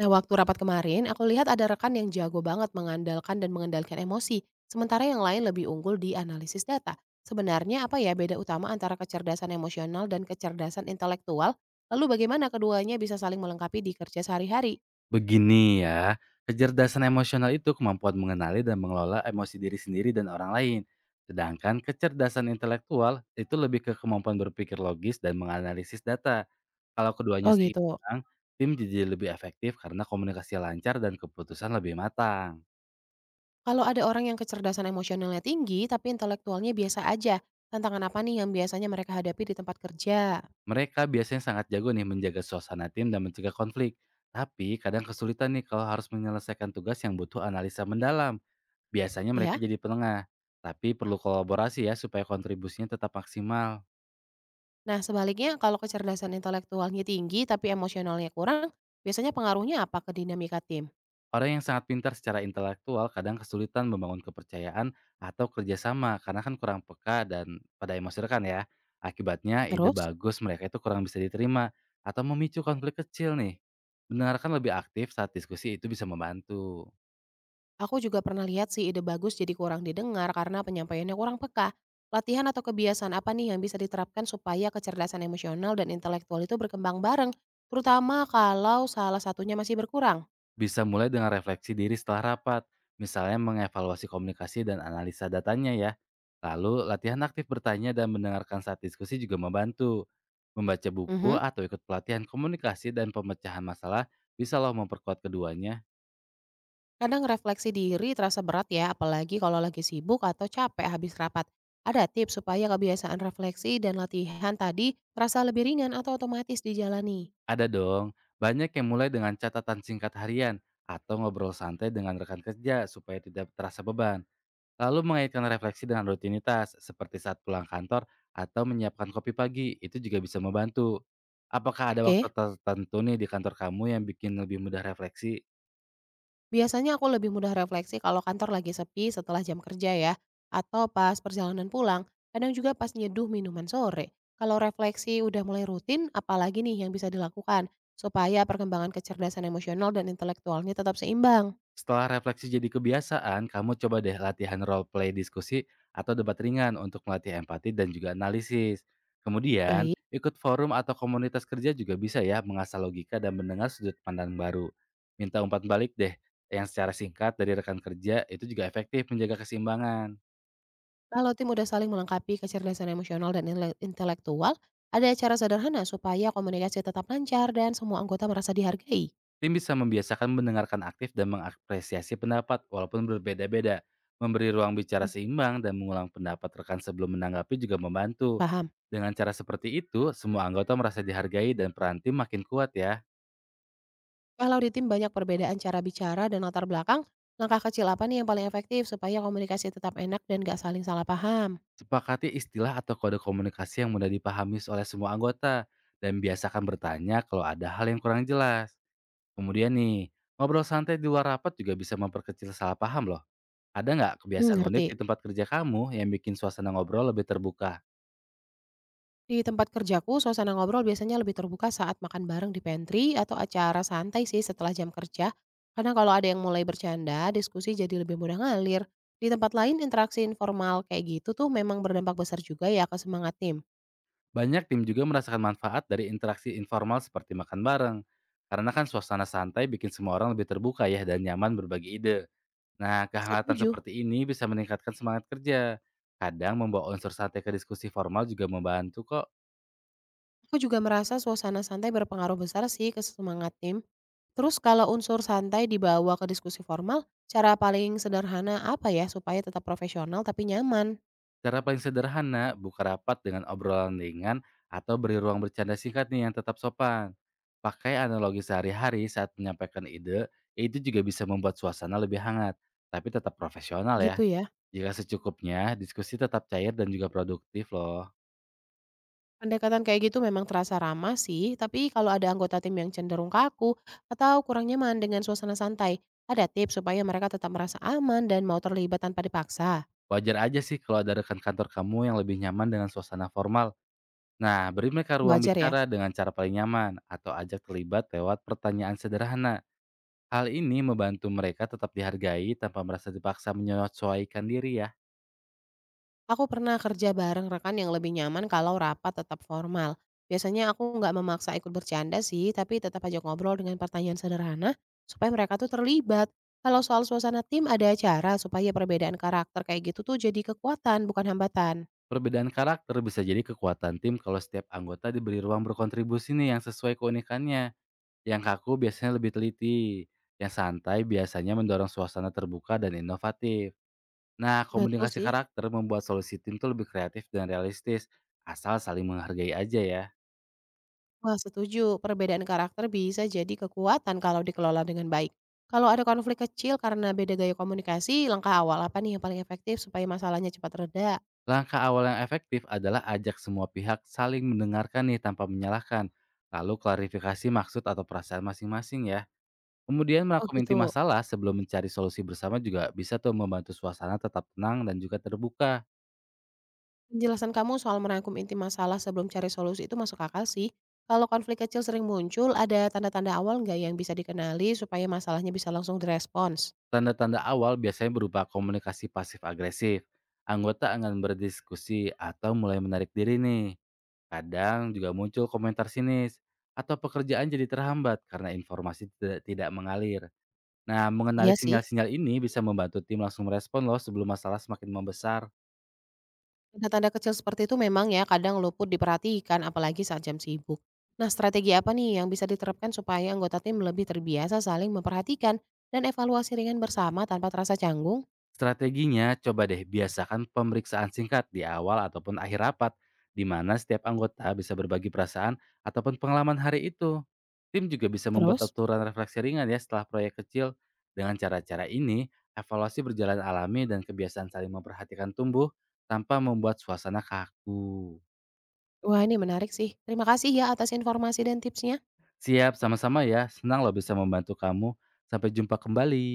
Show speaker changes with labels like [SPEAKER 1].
[SPEAKER 1] Nah, waktu rapat kemarin, aku lihat ada rekan yang jago banget mengandalkan dan mengendalikan emosi, sementara yang lain lebih unggul di analisis data. Sebenarnya apa ya beda utama antara kecerdasan emosional dan kecerdasan intelektual? Lalu bagaimana keduanya bisa saling melengkapi di kerja sehari-hari?
[SPEAKER 2] Begini ya, kecerdasan emosional itu kemampuan mengenali dan mengelola emosi diri sendiri dan orang lain. Sedangkan kecerdasan intelektual itu lebih ke kemampuan berpikir logis dan menganalisis data. Kalau
[SPEAKER 1] Oh
[SPEAKER 2] keduanya
[SPEAKER 1] gitu.
[SPEAKER 2] seimbang, tim jadi lebih efektif karena komunikasi lancar dan keputusan lebih matang.
[SPEAKER 1] Kalau ada orang yang kecerdasan emosionalnya tinggi tapi intelektualnya biasa aja, tantangan apa nih yang biasanya mereka hadapi di tempat kerja?
[SPEAKER 2] Mereka biasanya sangat jago nih menjaga suasana tim dan mencegah konflik. Tapi kadang kesulitan nih kalau harus menyelesaikan tugas yang butuh analisa mendalam. Biasanya mereka
[SPEAKER 1] Ya.
[SPEAKER 2] jadi penengah, tapi perlu kolaborasi ya supaya kontribusinya tetap maksimal.
[SPEAKER 1] Nah, sebaliknya kalau kecerdasan intelektualnya tinggi tapi emosionalnya kurang, biasanya pengaruhnya apa ke dinamika tim?
[SPEAKER 2] Orang yang sangat pintar secara intelektual kadang kesulitan membangun kepercayaan atau kerjasama karena kan kurang peka dan pada emosi rekan ya. Akibatnya ide
[SPEAKER 1] Terus?
[SPEAKER 2] bagus mereka itu kurang bisa diterima atau memicu konflik kecil nih. Mendengarkan lebih aktif saat diskusi itu bisa membantu.
[SPEAKER 1] Aku juga pernah lihat sih ide bagus jadi kurang didengar karena penyampaiannya kurang peka. Latihan atau kebiasaan apa nih yang bisa diterapkan supaya kecerdasan emosional dan intelektual itu berkembang bareng, terutama kalau salah satunya masih berkurang?
[SPEAKER 2] Bisa mulai dengan refleksi diri setelah rapat, misalnya mengevaluasi komunikasi dan analisa datanya ya. Lalu, latihan aktif bertanya dan mendengarkan saat diskusi juga membantu. Membaca buku
[SPEAKER 1] Mhm.
[SPEAKER 2] atau ikut pelatihan komunikasi dan pemecahan masalah bisa loh memperkuat keduanya.
[SPEAKER 1] Kadang refleksi diri terasa berat ya, apalagi kalau lagi sibuk atau capek habis rapat. Ada tips supaya kebiasaan refleksi dan latihan tadi terasa lebih ringan atau otomatis dijalani?
[SPEAKER 2] Ada dong, banyak yang mulai dengan catatan singkat harian atau ngobrol santai dengan rekan kerja supaya tidak terasa beban. Lalu mengaitkan refleksi dengan rutinitas, seperti saat pulang kantor atau menyiapkan kopi pagi, itu juga bisa membantu. Apakah ada waktu
[SPEAKER 1] Oke.
[SPEAKER 2] tertentu nih di kantor kamu yang bikin lebih mudah refleksi?
[SPEAKER 1] Biasanya aku lebih mudah refleksi kalau kantor lagi sepi setelah jam kerja ya, atau pas perjalanan pulang, kadang juga pas nyeduh minuman sore. Kalau refleksi udah mulai rutin, apalagi nih yang bisa dilakukan supaya perkembangan kecerdasan emosional dan intelektualnya tetap seimbang.
[SPEAKER 2] Setelah refleksi jadi kebiasaan, kamu coba deh latihan role play diskusi atau debat ringan untuk melatih empati dan juga analisis. Kemudian,
[SPEAKER 1] Baik,
[SPEAKER 2] ikut forum atau komunitas kerja juga bisa ya mengasah logika dan mendengar sudut pandang baru. Minta umpan balik deh yang secara singkat dari rekan kerja itu juga efektif menjaga keseimbangan.
[SPEAKER 1] kalau tim udah saling melengkapi kecerdasan emosional dan intelektual, ada cara sederhana supaya komunikasi tetap lancar dan semua anggota merasa dihargai.
[SPEAKER 2] Tim bisa membiasakan mendengarkan aktif dan mengapresiasi pendapat walaupun berbeda-beda. Memberi ruang bicara
[SPEAKER 1] Hmm,
[SPEAKER 2] seimbang dan mengulang pendapat rekan sebelum menanggapi juga membantu.
[SPEAKER 1] Paham?
[SPEAKER 2] Dengan cara seperti itu, semua anggota merasa dihargai dan peran tim makin kuat ya.
[SPEAKER 1] Kalau di tim banyak perbedaan cara bicara dan latar belakang, langkah kecil apa nih yang paling efektif supaya komunikasi tetap enak dan gak saling salah paham?
[SPEAKER 2] Sepakati istilah atau kode komunikasi yang mudah dipahami oleh semua anggota dan biasakan bertanya kalau ada hal yang kurang jelas. Kemudian nih, ngobrol santai di luar rapat juga bisa memperkecil salah paham loh. Ada nggak
[SPEAKER 1] Hmm,
[SPEAKER 2] kebiasaan unik
[SPEAKER 1] ngerti.
[SPEAKER 2] di tempat kerja kamu yang bikin suasana ngobrol lebih terbuka?
[SPEAKER 1] Di tempat kerjaku, suasana ngobrol biasanya lebih terbuka saat makan bareng di pantry atau acara santai sih setelah jam kerja. Karena kalau ada yang mulai bercanda, diskusi jadi lebih mudah ngalir. Di tempat lain, interaksi informal kayak gitu tuh memang berdampak besar juga ya ke semangat tim.
[SPEAKER 2] Banyak tim juga merasakan manfaat dari interaksi informal seperti makan bareng. Karena kan suasana santai bikin semua orang lebih terbuka ya dan nyaman berbagi ide. Nah, kehangatan
[SPEAKER 1] Setuju.
[SPEAKER 2] seperti ini bisa meningkatkan semangat kerja. Kadang membawa unsur santai ke diskusi formal juga membantu kok.
[SPEAKER 1] Aku juga merasa suasana santai berpengaruh besar sih ke semangat tim. Terus kalau unsur santai dibawa ke diskusi formal, cara paling sederhana apa ya supaya tetap profesional tapi nyaman?
[SPEAKER 2] Cara paling sederhana, buka rapat dengan obrolan ringan atau beri ruang bercanda singkat nih yang tetap sopan. Pakai analogi sehari-hari saat menyampaikan ide, itu juga bisa membuat suasana lebih hangat, tapi tetap profesional ya.
[SPEAKER 1] Gitu ya.
[SPEAKER 2] Jika secukupnya, diskusi tetap cair dan juga produktif loh.
[SPEAKER 1] Pendekatan kayak gitu memang terasa ramah sih, tapi kalau ada anggota tim yang cenderung kaku atau kurang nyaman dengan suasana santai, ada tips supaya mereka tetap merasa aman dan mau terlibat tanpa dipaksa.
[SPEAKER 2] Wajar aja sih kalau ada rekan kantor kamu yang lebih nyaman dengan suasana formal. Nah, beri mereka ruang
[SPEAKER 1] Wajar ya?
[SPEAKER 2] bicara dengan cara paling nyaman atau ajak terlibat lewat pertanyaan sederhana. Hal ini membantu mereka tetap dihargai tanpa merasa dipaksa menyesuaikan diri ya.
[SPEAKER 1] Aku pernah kerja bareng rekan yang lebih nyaman kalau rapat tetap formal. Biasanya aku nggak memaksa ikut bercanda sih, tapi tetap ajak ngobrol dengan pertanyaan sederhana supaya mereka tuh terlibat. Kalau soal suasana tim ada cara supaya perbedaan karakter kayak gitu tuh jadi kekuatan bukan hambatan.
[SPEAKER 2] Perbedaan karakter bisa jadi kekuatan tim kalau setiap anggota diberi ruang berkontribusi nih yang sesuai keunikannya. Yang kaku biasanya lebih teliti, yang santai biasanya mendorong suasana terbuka dan inovatif. Nah,
[SPEAKER 1] Betul
[SPEAKER 2] komunikasi
[SPEAKER 1] sih.
[SPEAKER 2] karakter membuat solusi tim tuh lebih kreatif dan realistis, asal saling menghargai aja ya.
[SPEAKER 1] Wah setuju, perbedaan karakter bisa jadi kekuatan kalau dikelola dengan baik. Kalau ada konflik kecil karena beda gaya komunikasi, langkah awal apa nih yang paling efektif supaya masalahnya cepat reda?
[SPEAKER 2] Langkah awal yang efektif adalah ajak semua pihak saling mendengarkan nih tanpa menyalahkan, lalu klarifikasi maksud atau perasaan masing-masing ya. Kemudian
[SPEAKER 1] Oh
[SPEAKER 2] merangkum inti
[SPEAKER 1] gitu.
[SPEAKER 2] masalah sebelum mencari solusi bersama juga bisa tuh membantu suasana tetap tenang dan juga terbuka.
[SPEAKER 1] Penjelasan kamu soal merangkum inti masalah sebelum cari solusi itu masuk akal sih. Kalau konflik kecil sering muncul, ada tanda-tanda awal nggak yang bisa dikenali supaya masalahnya bisa langsung direspons?
[SPEAKER 2] Tanda-tanda awal biasanya berupa komunikasi pasif agresif, anggota enggan berdiskusi atau mulai menarik diri nih. Kadang juga muncul komentar sinis atau pekerjaan jadi terhambat karena informasi tidak mengalir. Nah,
[SPEAKER 1] Iya
[SPEAKER 2] mengenali
[SPEAKER 1] sih,
[SPEAKER 2] sinyal-sinyal ini bisa membantu tim langsung merespon loh sebelum masalah semakin membesar.
[SPEAKER 1] tanda-tanda kecil seperti itu memang ya kadang luput diperhatikan apalagi saat jam sibuk. Nah, strategi apa nih yang bisa diterapkan supaya anggota tim lebih terbiasa saling memperhatikan dan evaluasi ringan bersama tanpa terasa canggung?
[SPEAKER 2] Strateginya, coba deh biasakan pemeriksaan singkat di awal ataupun akhir rapat, di mana setiap anggota bisa berbagi perasaan ataupun pengalaman hari itu. Tim juga bisa membuat
[SPEAKER 1] Terus?
[SPEAKER 2] aturan refleksi ringan ya setelah proyek kecil. Dengan cara-cara ini, evaluasi berjalan alami dan kebiasaan saling memperhatikan tumbuh tanpa membuat suasana kaku.
[SPEAKER 1] Wah ini menarik sih. Terima kasih ya atas informasi dan tipsnya.
[SPEAKER 2] Siap, sama-sama ya. Senang loh bisa membantu kamu. Sampai jumpa kembali.